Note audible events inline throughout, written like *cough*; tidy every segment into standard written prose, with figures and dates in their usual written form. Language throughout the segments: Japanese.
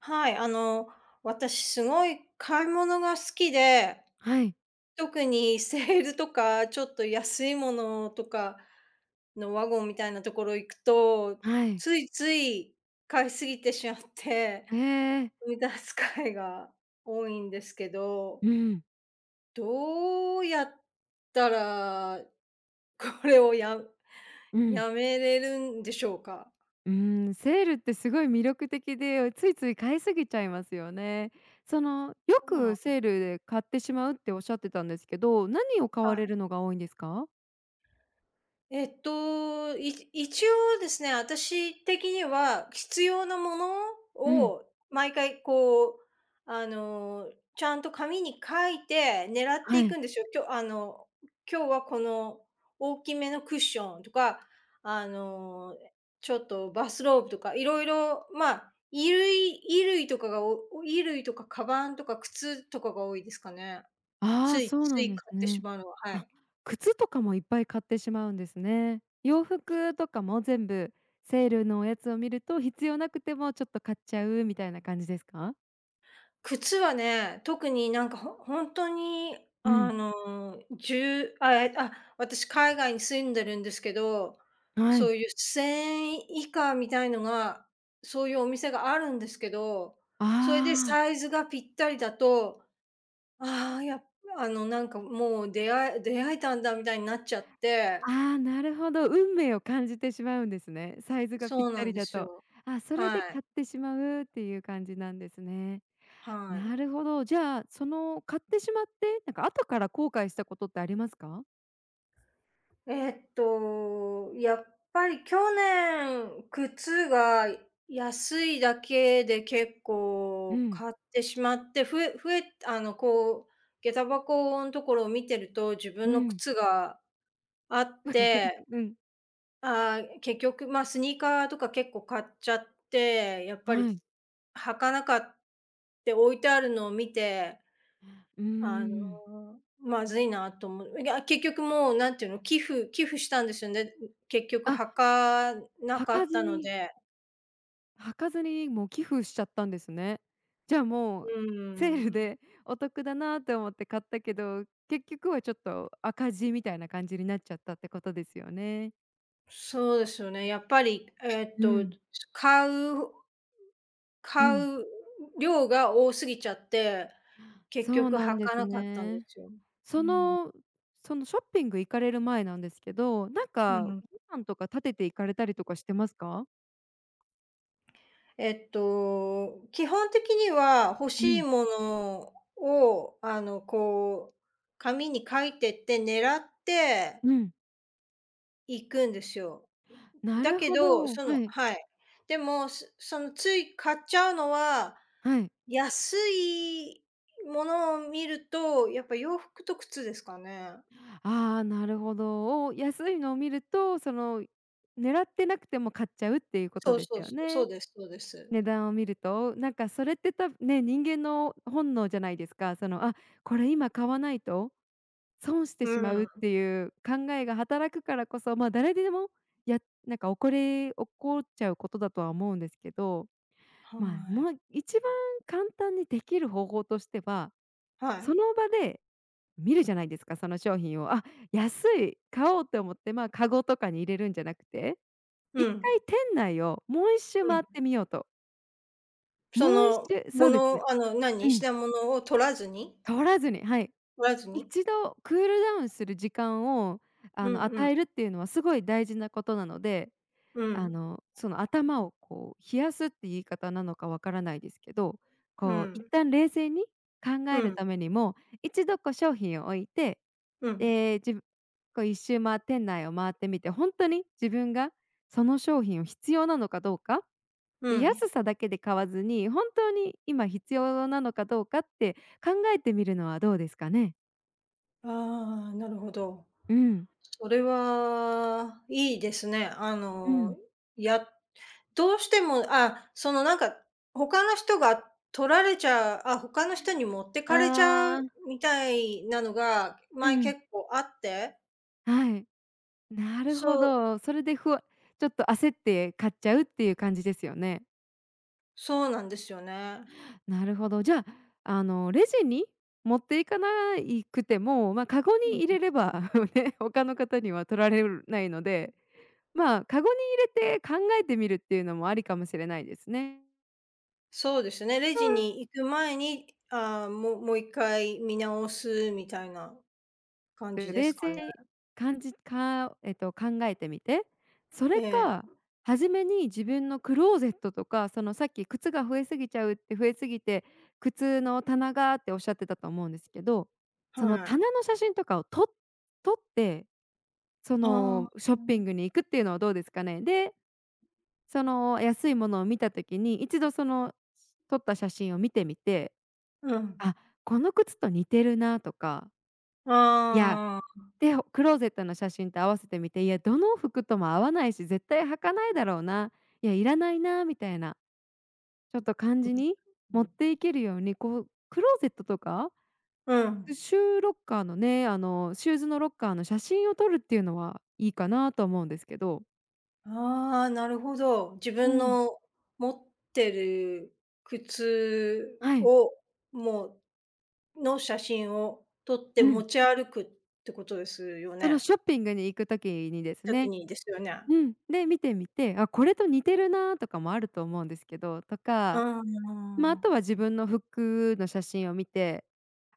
はい、私すごい買い物が好きで、はい、特にセールとか、ちょっと安いものとかのワゴンみたいなところ行くと、はい。ついつい買いすぎてしまって、ええ。無駄遣いが多いんですけど、うん、どうやったら、これをやうん、やめれるんでしょうか？セールってすごい魅力的で、ついつい買いすぎちゃいますよね。その、よそうなんくでセすールね。で買ってしまうっておっしゃってたんですけど、何を買わはれい。るのが多いんですか？一応ですね、私的には必要なものうん、を毎回こう、ちゃんと紙に書いて狙ってはいくい。んですよ。今日はこの大きめのクッションとか、あの、ちょっとバスローブとか、いろいろ、まあ、衣類衣類とかがお衣類とかカバンとか靴とかが多いですかね。あつあ、いそうつなんいです買ってしね。まうのは、はあ、い。靴とかもいっぱい買ってしまうんですね。洋服とかも全部セールのやつを見ると、必要なくてもちょっと買っちゃうみたいな感じですか？靴はね、特になんか本当に、うん、あの、じゅうあ、え、あ、私海外に住んでるんですけど、はそい。ういう1000円以下みたいのが、そういうお店があるんですけど、あそれであ。サイズがぴったりだと、ああ、やあの、なんかもう出会えたんだみたいになっちゃって、ああ、なるほど。運命を感じてしまうんですね。サイズがぴっそうたなんりでだすと。よ。あ、それではい、買ってしまうっていう感じなんですね。はない。るほど。じゃあ、その買ってしまって、なんか後から後悔したことってありますか？やっぱり去年、靴が安いだけで結う構ん、買ってしまって、増え増えあの、こう、下駄箱のところを見てると、自分うのん。靴があって、うん、結局、まあ、スニーカーとか結構買っちゃって、やっぱり、はい。履かなかって置いてあるのを見て、うーん。まずいなと思う。いや、結局もうなんていうの、寄付したんですよね。結局あ、はかな履かかったずのにで、履かずにもう寄付しちゃったんですね。じゃあもう、うセールん。でお得だなと思って買ったけど、結局はちょっと赤字みたいな感じになっちゃったってことですよね。そうですよね。やっぱり、うん。買うう買ん、う量が多すぎちゃって、結そう局なはんでかすなかったんでね。すよ。うそん。の、そのショッピング行かれる前なんですけど、なんうかん。予算とか立てて行かれたりとかしてますか？基本的には欲うしいん、ものを、こう、紙に書いてって狙ってうん。行くんですよ。なだるけほど、ど、はい、はい。でも、すそのつい買っちゃうのは、はい。安いものを見ると、やっぱ洋服と靴ですかね。ああ、なるほど。お安いのを見ると、その、狙ってなくても買っちゃうっていうことそうでそすう、よそそね。うですそうです。値段を見ると、なんかそれってたね、人間の本能じゃないですか。その、あ、これ今買わないと損してうしまうん。っていう考えが働くからこそ、まあ、誰でも、やなんか、これ起こっちゃうことだとは思うんですけど、はまあ、い。もう一番簡単にできる方法としては、はそい。の場で見るじゃないですか、その商品を。あ、安い、買おうと思って、まあ、カゴとかに入れるんじゃなくて、う一ん。回店内をもう一周うん。回ってみようと。そもう一の、周もそうですね。のあの、う何、ん、品物を取らずに通らずに、はい。取らずに。一度クールダウンする時間を、うん。うん。与えるっていうのはすごい大事なことなので、うん。その頭をこう冷やすって言い方なのかわからないですけど、うこう一ん。旦冷静に考うえるん。ためにも、一度こう商品を置いて、うん。で、自分こう一周店内を回ってみて、本当に自分がその商品を必要なのかどうか、うで、ん。安さだけで買わずに、本当に今必要なのかどうかって考えてみるのはどうですかね？ああ、なるほど。うん、それは、いいですね。うん。やどうしても、なんか、他の人が取られちゃうあ、他の人に持ってあかれちゃうあ、みたいなのが、う前ん、結構あって、はい。なるほそうど。それでちょっと焦って買っちゃうっていう感じですよね。そうなんですよね。なるほど。じゃあ、レジに持っていかないくても、まあ、カゴうに入ん。れれば *laughs*、ね、他の方には取られるないので、まあ、カゴに入れて考えてみるっていうのもありかもしれないですね。そうですね、レジに行く前に、もう一回見直すみたいな感じでで冷すか静ね。に感じかえっと、考えてみて、そえれえ、か、初めに自分のクローゼットとか、そのさっき靴が増えすぎちゃうって増えすぎて、靴の棚がっておっしゃってたと思うんですけど、そのはい。棚の写真とかを撮って、そあのシあ、ョッうピングん。に行くっていうのはどうですかね？で、その安いものを見た時に、一度その撮った写真を見てみて、うん。あ、この靴と似てるなとか、いやああ。で、クローゼットの写真と合わせてみて、いや、どの服とも合わないし、絶対履かないだろうな、いや、いらないなみたいな、ちょっと感じに持っていけるように、こう、クローゼットとか、うん。シューロッカーのね、シューズのロッカーの写真を撮るっていうのはいいかなと思うんですけど。ああ、なるほど。自う分ん。の持ってる靴はい、を、もうの写真を撮ってう持ん。ち歩くってことですよそのね。ショッピングに行く時にです時ね、にですよね。うん、で、見てみて、あ、これと似てるなとかもあると思うんですけど、とうかんまあ、あうとはん。自分の服の写真を見て、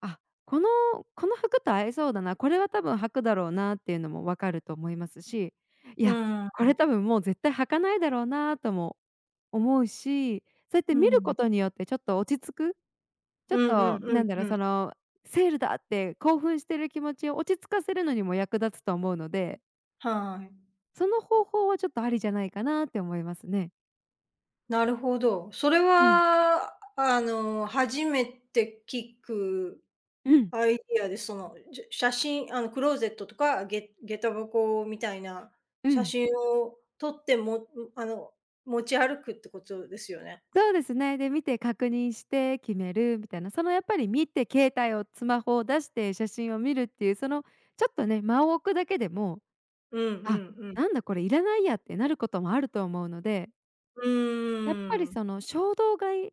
あ、このこの服と合いそうだな、これは多分履くだろうなっていうのも分かると思いますし、いうや、んこうれ多ん。分もう絶対履かないだろうなとも思うし、そうやってう見るこん。とによってちょっと落ち着く、ちょっうんうとんうんうんなんだろう、うんうんうそん。のセールだって興奮してる気持ちを落ち着かせるのにも役立つと思うので、はい。その方法はちょっとありじゃないかなって思いますね。なるほど。それうん、は、初めて聞くうん、アイディアで、じゃ写真、クローゼットとか、下駄箱みたいなう写ん。真を撮って、もあの、持ち歩くってことですよね。そうですね。で、見て確認して決めるみたいな、そのやっぱり見て携帯をスマホを出して写真を見るっていう、そのちょっとね、間を置くだけでも、うんうあ、んうん。なんだこれいらないやってなることもあると思うので、うやっぱりーん。その衝動買いっ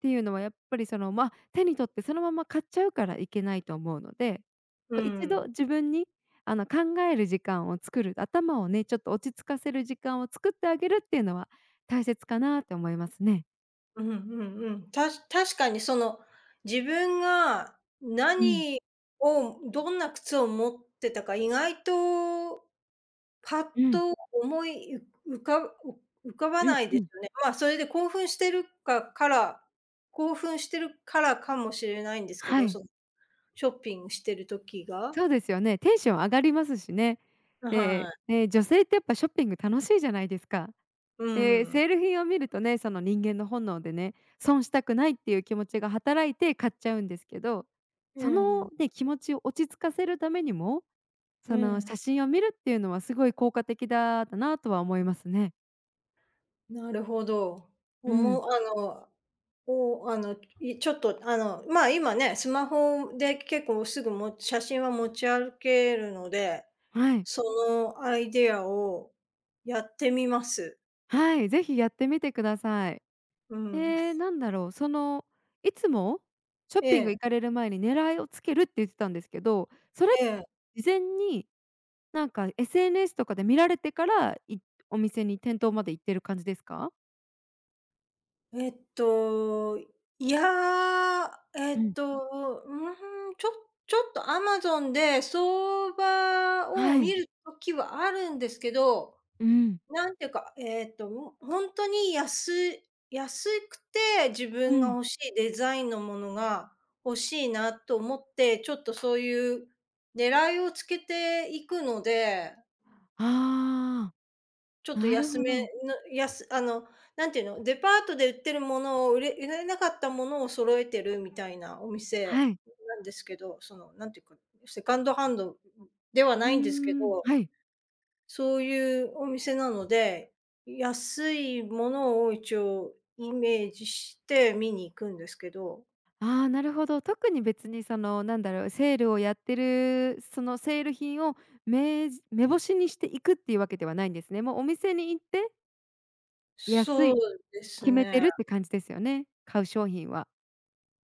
ていうのはやっぱりその、まあ、手に取ってそのまま買っちゃうからいけないと思うので、うこう一ん。度自分に考える時間を作る、頭をね、ちょっと落ち着かせる時間を作ってあげるっていうのは大切かなと思いますね。うんうんうん。確かに、自分がうん、どんな靴を持ってたか、意外とパッうん、と思いう浮か浮かばうんないうでん。すよね。まあ、それで興奮してるからかもしれないんですけはど、そい、のショッピングしてる時が。そうですよね。テンション上がりますしね。はで、い。ね、女性ってやっぱショッピング楽しいじゃないですか。うで、ん。セール品を見るとね、その人間の本能でね、損したくないっていう気持ちが働いて買っちゃうんですけど、そえのえね、気持ちを落ち着かせるためにも、えその写え。真を見るっていうのはすごい効果的だったなとは思いますね。なるほど。うおん、もあの、おあの、いちょっと、まあ、今ね、スマホで結構すぐも写真は持ち歩けるので、はい、そのアイデアをやってみます。はい、ぜひやってみてください。うえん。え、なんだろう、その、いつも *laughs* ショッえピングえ。行かれる前に狙いをつけるって言ってたんですけど、それ、ええ。事前になんか SNS とかで見られてから、お店に店頭まで行ってる感じですか？えっと、いや、うん、うーん、ちょっとアマゾンで相場をは見い、る時はあるんですけど、うん、なんていうか、もうほんとに安くて自う分がん。欲しいデザインのものが欲しいなと思って、ちょっとそういう狙いをつけていくので、あちょっあ、となる安めほど。の、やすあの、なんていうの、デパートで売ってるものを売れなかったものを揃えてるみたいなお店はい。なんですけど、なんていうか、セカンドハンドではうないんですけーん、ど、はい。そういうお店なので、安いものを一応イメージして見に行くんですけど、ああ、なるほど。特に別にその、なんだろう、セールをやってる、そのセール品を目星にしていくっていうわけではないんですね。もうお店に行って安そういです決めてね。るって感じですよね？買う商品は。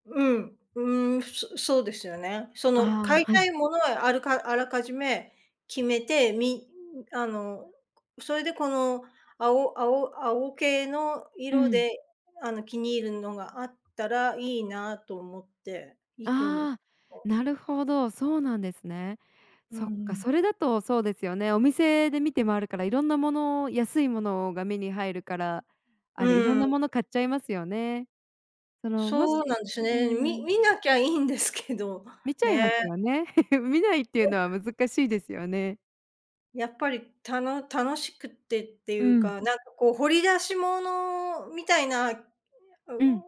うん、うーん、そうですよね。その買あいあ、はたい。いものはあるかあらかじめ決めて、みあの、それでこの青系のう色ん。で、気に入るのがあったらいいなと思って行くんですああ、よ。なるほど、そうなんですね。うそっんうか、ん。それだとそうですよね。お店で見て回るから、いろんなもの安いものが目に入るから、あれ、いろんうん、なもの買っちゃいますよね。その、もそうなしんですうね。みん、見なきゃいいんですけど、見ちゃいまね。すよね。*laughs* 見ないっていうのは難しいですよね。やっぱり、楽しくってっていううん、か、なんかこう掘り出し物みたいな、ううん、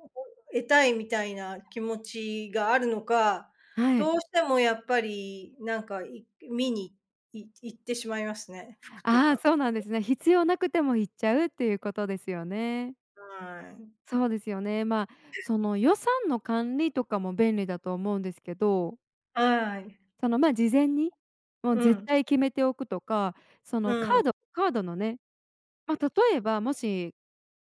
得たいみたいな気持ちがあるのか、はどい。うしてもやっぱりなんか、見に行ってしまいますね、服とああ、か。そうなんですね。必要なくても行っちゃうっていうことですよね。はい。そうですよね。まあ、その予算の管理とかも便利だと思うんですけど、はい。その、ま、事前に、もうう絶ん、対決めておくとか、そうのカん、ードカードのね、まあ、例えばもし、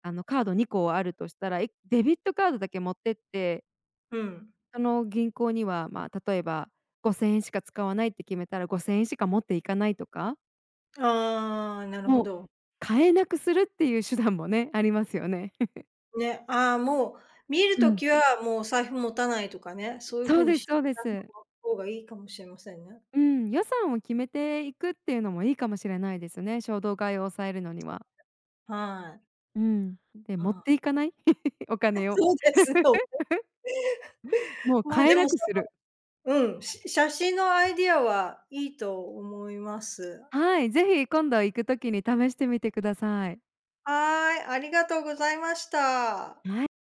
カード2個あるとしたら、デビットカードだけ持ってって、うん。その銀行には、まあ、例えば5,000円しか使わないって決めたら5,000円しか持っていかないとか、ああ、なるほもうど。買えなくするっていう手段もね、ありますよね。ね、ああ、もう見るうとん、きはもうお財布持たないとかね、そういうそ風うにですし そう *laughs* でたす。方がいいかもしれませんね。うん、予算を決めていくっていうのもいいかもしれないですね。衝動買いを抑えるのには。はい。うん。で、持っあてあ。いかない *laughs*、お *laughs* 金を。そうですよ。*laughs* も *laughs* うまあ、買でえなも、くする。写真のアイディアはいいと思います。はい、ぜひ今度行くときに試してみてください。はい、ありがとうございました。はい。